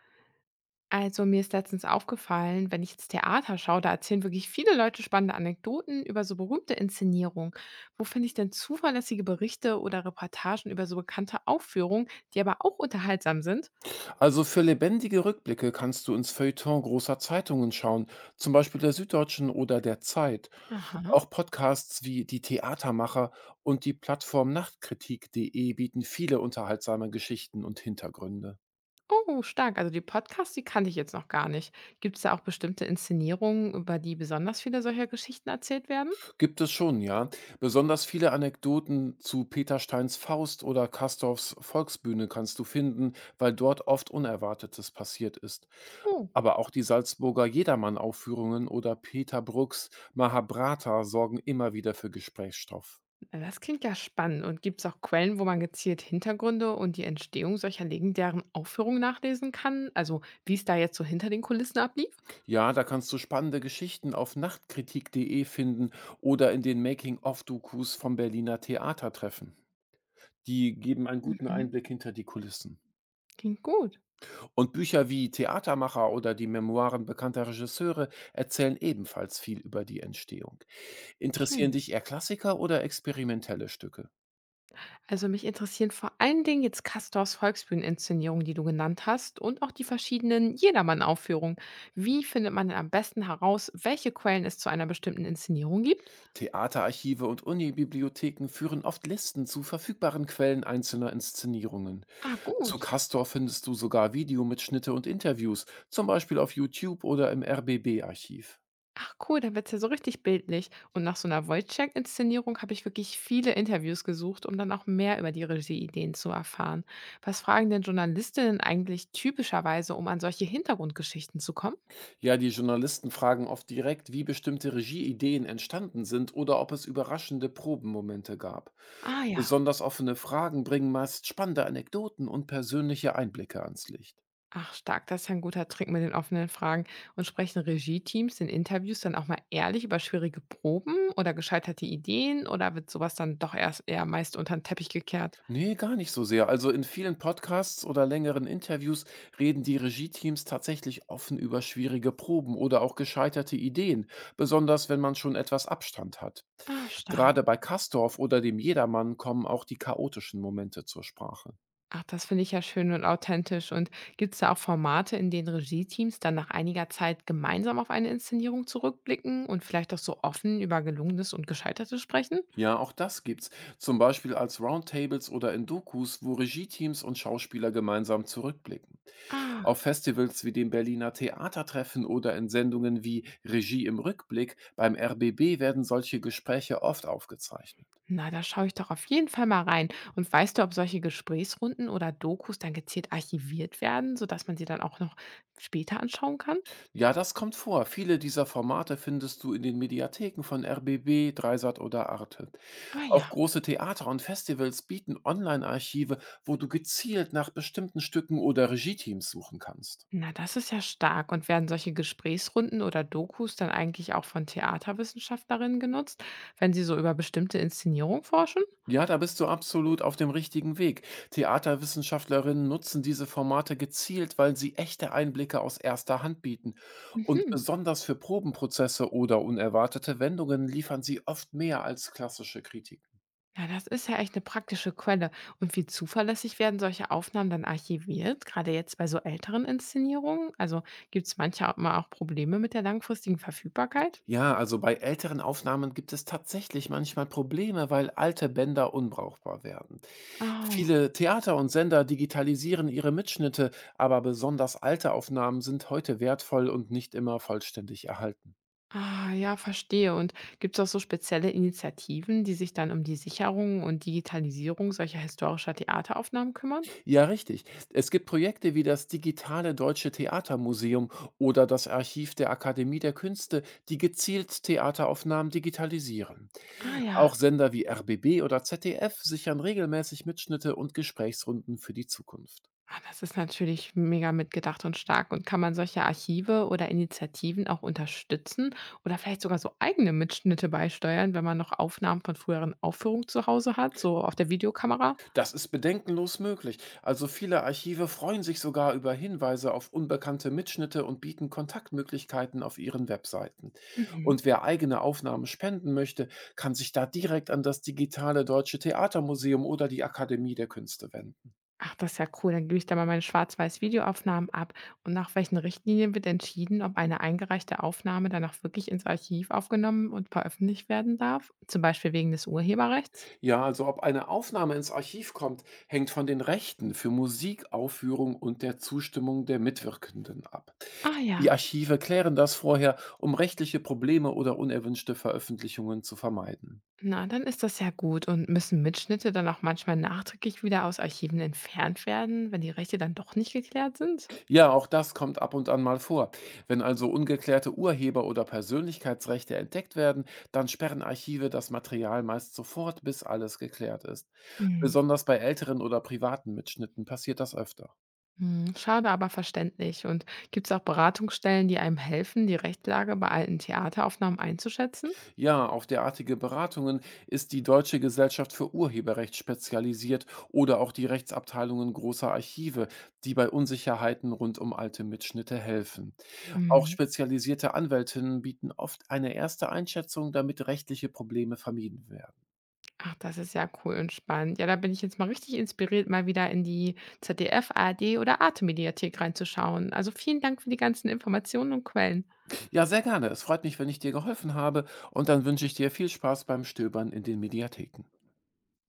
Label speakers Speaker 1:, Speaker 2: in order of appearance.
Speaker 1: Also mir ist letztens aufgefallen, wenn ich jetzt Theater schaue, da erzählen wirklich viele Leute spannende Anekdoten über so berühmte Inszenierungen. Wo finde ich denn zuverlässige Berichte oder Reportagen über so bekannte Aufführungen, die aber auch unterhaltsam sind?
Speaker 2: Also für lebendige Rückblicke kannst du ins Feuilleton großer Zeitungen schauen, zum Beispiel der Süddeutschen oder der Zeit.
Speaker 1: Aha.
Speaker 2: Auch Podcasts wie Die Theatermacher und die Plattform Nachtkritik.de bieten viele unterhaltsame Geschichten und Hintergründe.
Speaker 1: Oh, stark. Also die Podcasts, die kannte ich jetzt noch gar nicht. Gibt es da auch bestimmte Inszenierungen, über die besonders viele solcher Geschichten erzählt werden?
Speaker 2: Gibt es schon, ja. Besonders viele Anekdoten zu Peter Steins Faust oder Castorfs Volksbühne kannst du finden, weil dort oft Unerwartetes passiert ist.
Speaker 1: Oh.
Speaker 2: Aber auch die Salzburger Jedermann-Aufführungen oder Peter Brucks Mahabharata sorgen immer wieder für Gesprächsstoff.
Speaker 1: Na, das klingt ja spannend. Und gibt es auch Quellen, wo man gezielt Hintergründe und die Entstehung solcher legendären Aufführungen nachlesen kann? Also wie es da jetzt so hinter den Kulissen ablief?
Speaker 2: Ja, da kannst du spannende Geschichten auf nachtkritik.de finden oder in den Making-of-Dokus vom Berliner Theater treffen. Die geben einen guten
Speaker 1: Mhm.
Speaker 2: Einblick hinter die Kulissen.
Speaker 1: Klingt gut.
Speaker 2: Und Bücher wie Theatermacher oder die Memoiren bekannter Regisseure erzählen ebenfalls viel über die Entstehung. Interessieren
Speaker 1: Schön.
Speaker 2: dich eher Klassiker oder experimentelle Stücke?
Speaker 1: Also mich interessieren vor allen Dingen jetzt Castors Volksbühneninszenierung, die du genannt hast, und auch die verschiedenen Jedermann-Aufführungen. Wie findet man denn am besten heraus, welche Quellen es zu einer bestimmten Inszenierung gibt?
Speaker 2: Theaterarchive und Unibibliotheken führen oft Listen zu verfügbaren Quellen einzelner Inszenierungen.
Speaker 1: Ah,
Speaker 2: Zu
Speaker 1: gut.
Speaker 2: Castor findest du sogar Videomitschnitte und Interviews, zum Beispiel auf YouTube oder im RBB-Archiv.
Speaker 1: Ach cool, dann wird's ja so richtig bildlich. Und nach so einer Wojciech-Inszenierung habe ich wirklich viele Interviews gesucht, um dann auch mehr über die Regieideen zu erfahren. Was fragen denn Journalistinnen eigentlich typischerweise, um an solche Hintergrundgeschichten zu kommen?
Speaker 2: Ja, die Journalisten fragen oft direkt, wie bestimmte Regieideen entstanden sind oder ob es überraschende Probenmomente gab.
Speaker 1: Ah ja.
Speaker 2: Besonders offene Fragen bringen meist spannende Anekdoten und persönliche Einblicke ans Licht.
Speaker 1: Ach stark, das ist ja 'n guter Trick mit den offenen Fragen. Und sprechen Regie-Teams in Interviews dann auch mal ehrlich über schwierige Proben oder gescheiterte Ideen, oder wird sowas dann doch erst eher meist unter den Teppich gekehrt?
Speaker 2: Nee, gar nicht so sehr. Also in vielen Podcasts oder längeren Interviews reden die Regie-Teams tatsächlich offen über schwierige Proben oder auch gescheiterte Ideen, besonders wenn man schon etwas Abstand hat.
Speaker 1: Ah, stark.
Speaker 2: Gerade bei Castorf oder dem Jedermann kommen auch die chaotischen Momente zur Sprache.
Speaker 1: Ach, das finde ich ja schön und authentisch. Und gibt es da auch Formate, in denen Regie-Teams dann nach einiger Zeit gemeinsam auf eine Inszenierung zurückblicken und vielleicht auch so offen über Gelungenes und Gescheitertes sprechen?
Speaker 2: Ja, auch das gibt's. Zum Beispiel als Roundtables oder in Dokus, wo Regie-Teams und Schauspieler gemeinsam zurückblicken. Auf
Speaker 1: Ah,
Speaker 2: Festivals wie dem Berliner Theatertreffen oder in Sendungen wie Regie im Rückblick beim RBB werden solche Gespräche oft aufgezeichnet.
Speaker 1: na, da schaue ich doch auf jeden Fall mal rein. Und weißt du, ob solche Gesprächsrunden oder Dokus dann gezielt archiviert werden, sodass man sie dann auch noch später anschauen kann?
Speaker 2: Ja, das kommt vor. Viele dieser Formate findest du in den Mediatheken von RBB, Dreisat oder Arte.
Speaker 1: Ah
Speaker 2: Auch
Speaker 1: ja.
Speaker 2: große Theater und Festivals bieten Online-Archive, wo du gezielt nach bestimmten Stücken oder Regieteams suchen kannst.
Speaker 1: Na, das ist ja stark. Und werden solche Gesprächsrunden oder Dokus dann eigentlich auch von Theaterwissenschaftlerinnen genutzt, wenn sie so über bestimmte Inszenierung forschen?
Speaker 2: Ja, da bist du absolut auf dem richtigen Weg. Theaterwissenschaftlerinnen nutzen diese Formate gezielt, weil sie echte Einblicke aus erster Hand bieten. Und
Speaker 1: Mhm.
Speaker 2: besonders für Probenprozesse oder unerwartete Wendungen liefern sie oft mehr als klassische Kritik.
Speaker 1: Ja, das ist ja echt eine praktische Quelle. Und wie zuverlässig werden solche Aufnahmen dann archiviert, gerade jetzt bei so älteren Inszenierungen? Also gibt es manchmal auch Probleme mit der langfristigen Verfügbarkeit?
Speaker 2: Ja, also bei älteren Aufnahmen gibt es tatsächlich manchmal Probleme, weil alte Bänder unbrauchbar werden.
Speaker 1: Oh.
Speaker 2: Viele Theater und Sender digitalisieren ihre Mitschnitte, aber besonders alte Aufnahmen sind heute wertvoll und nicht immer vollständig erhalten.
Speaker 1: Ah, ja, verstehe. Und gibt es auch so spezielle Initiativen, die sich dann um die Sicherung und Digitalisierung solcher historischer Theateraufnahmen kümmern?
Speaker 2: Ja, richtig. Es gibt Projekte wie das Digitale Deutsche Theatermuseum oder das Archiv der Akademie der Künste, die gezielt Theateraufnahmen digitalisieren.
Speaker 1: Ah
Speaker 2: Auch
Speaker 1: ja.
Speaker 2: Sender wie RBB oder ZDF sichern regelmäßig Mitschnitte und Gesprächsrunden für die Zukunft.
Speaker 1: Ah, das ist natürlich mega mitgedacht und stark. Und kann man solche Archive oder Initiativen auch unterstützen oder vielleicht sogar so eigene Mitschnitte beisteuern, wenn man noch Aufnahmen von früheren Aufführungen zu Hause hat, so auf der Videokamera?
Speaker 2: Das ist bedenkenlos möglich. Also viele Archive freuen sich sogar über Hinweise auf unbekannte Mitschnitte und bieten Kontaktmöglichkeiten auf ihren Webseiten.
Speaker 1: Mhm.
Speaker 2: Und wer eigene Aufnahmen spenden möchte, kann sich da direkt an das digitale Deutsche Theatermuseum oder die Akademie der Künste wenden.
Speaker 1: Ach, das ist ja cool. Dann gebe ich da mal meine schwarz-weiß Videoaufnahmen ab. Und nach welchen Richtlinien wird entschieden, ob eine eingereichte Aufnahme dann auch wirklich ins Archiv aufgenommen und veröffentlicht werden darf? Zum Beispiel wegen des Urheberrechts?
Speaker 2: Ja, also ob eine Aufnahme ins Archiv kommt, hängt von den Rechten für Musik, Aufführung und der Zustimmung der Mitwirkenden ab.
Speaker 1: Ah
Speaker 2: Die
Speaker 1: ja.
Speaker 2: Archive klären das vorher, um rechtliche Probleme oder unerwünschte Veröffentlichungen zu vermeiden.
Speaker 1: Na, dann ist das ja gut. Und müssen Mitschnitte dann auch manchmal nachträglich wieder aus Archiven entfernt werden, wenn die Rechte dann doch nicht geklärt sind?
Speaker 2: Ja, auch das kommt ab und an mal vor. Wenn also ungeklärte Urheber- oder Persönlichkeitsrechte entdeckt werden, dann sperren Archive das Material meist sofort, bis alles geklärt ist.
Speaker 1: Hm.
Speaker 2: Besonders bei älteren oder privaten Mitschnitten passiert das öfter.
Speaker 1: Hm, schade, aber verständlich. Und gibt es auch Beratungsstellen, die einem helfen, die Rechtslage bei alten Theateraufnahmen einzuschätzen?
Speaker 2: Ja, auf derartige Beratungen ist die Deutsche Gesellschaft für Urheberrecht spezialisiert oder auch die Rechtsabteilungen großer Archive, die bei Unsicherheiten rund um alte Mitschnitte helfen. Auch
Speaker 1: Hm.
Speaker 2: spezialisierte Anwältinnen bieten oft eine erste Einschätzung, damit rechtliche Probleme vermieden werden.
Speaker 1: Ach, das ist ja cool und spannend. Ja, da bin ich jetzt mal richtig inspiriert, mal wieder in die ZDF, ARD oder Arte-Mediathek reinzuschauen. Also vielen Dank für die ganzen Informationen und Quellen.
Speaker 2: Ja, sehr gerne. Es freut mich, wenn ich dir geholfen habe und dann wünsche ich dir viel Spaß beim Stöbern in den Mediatheken.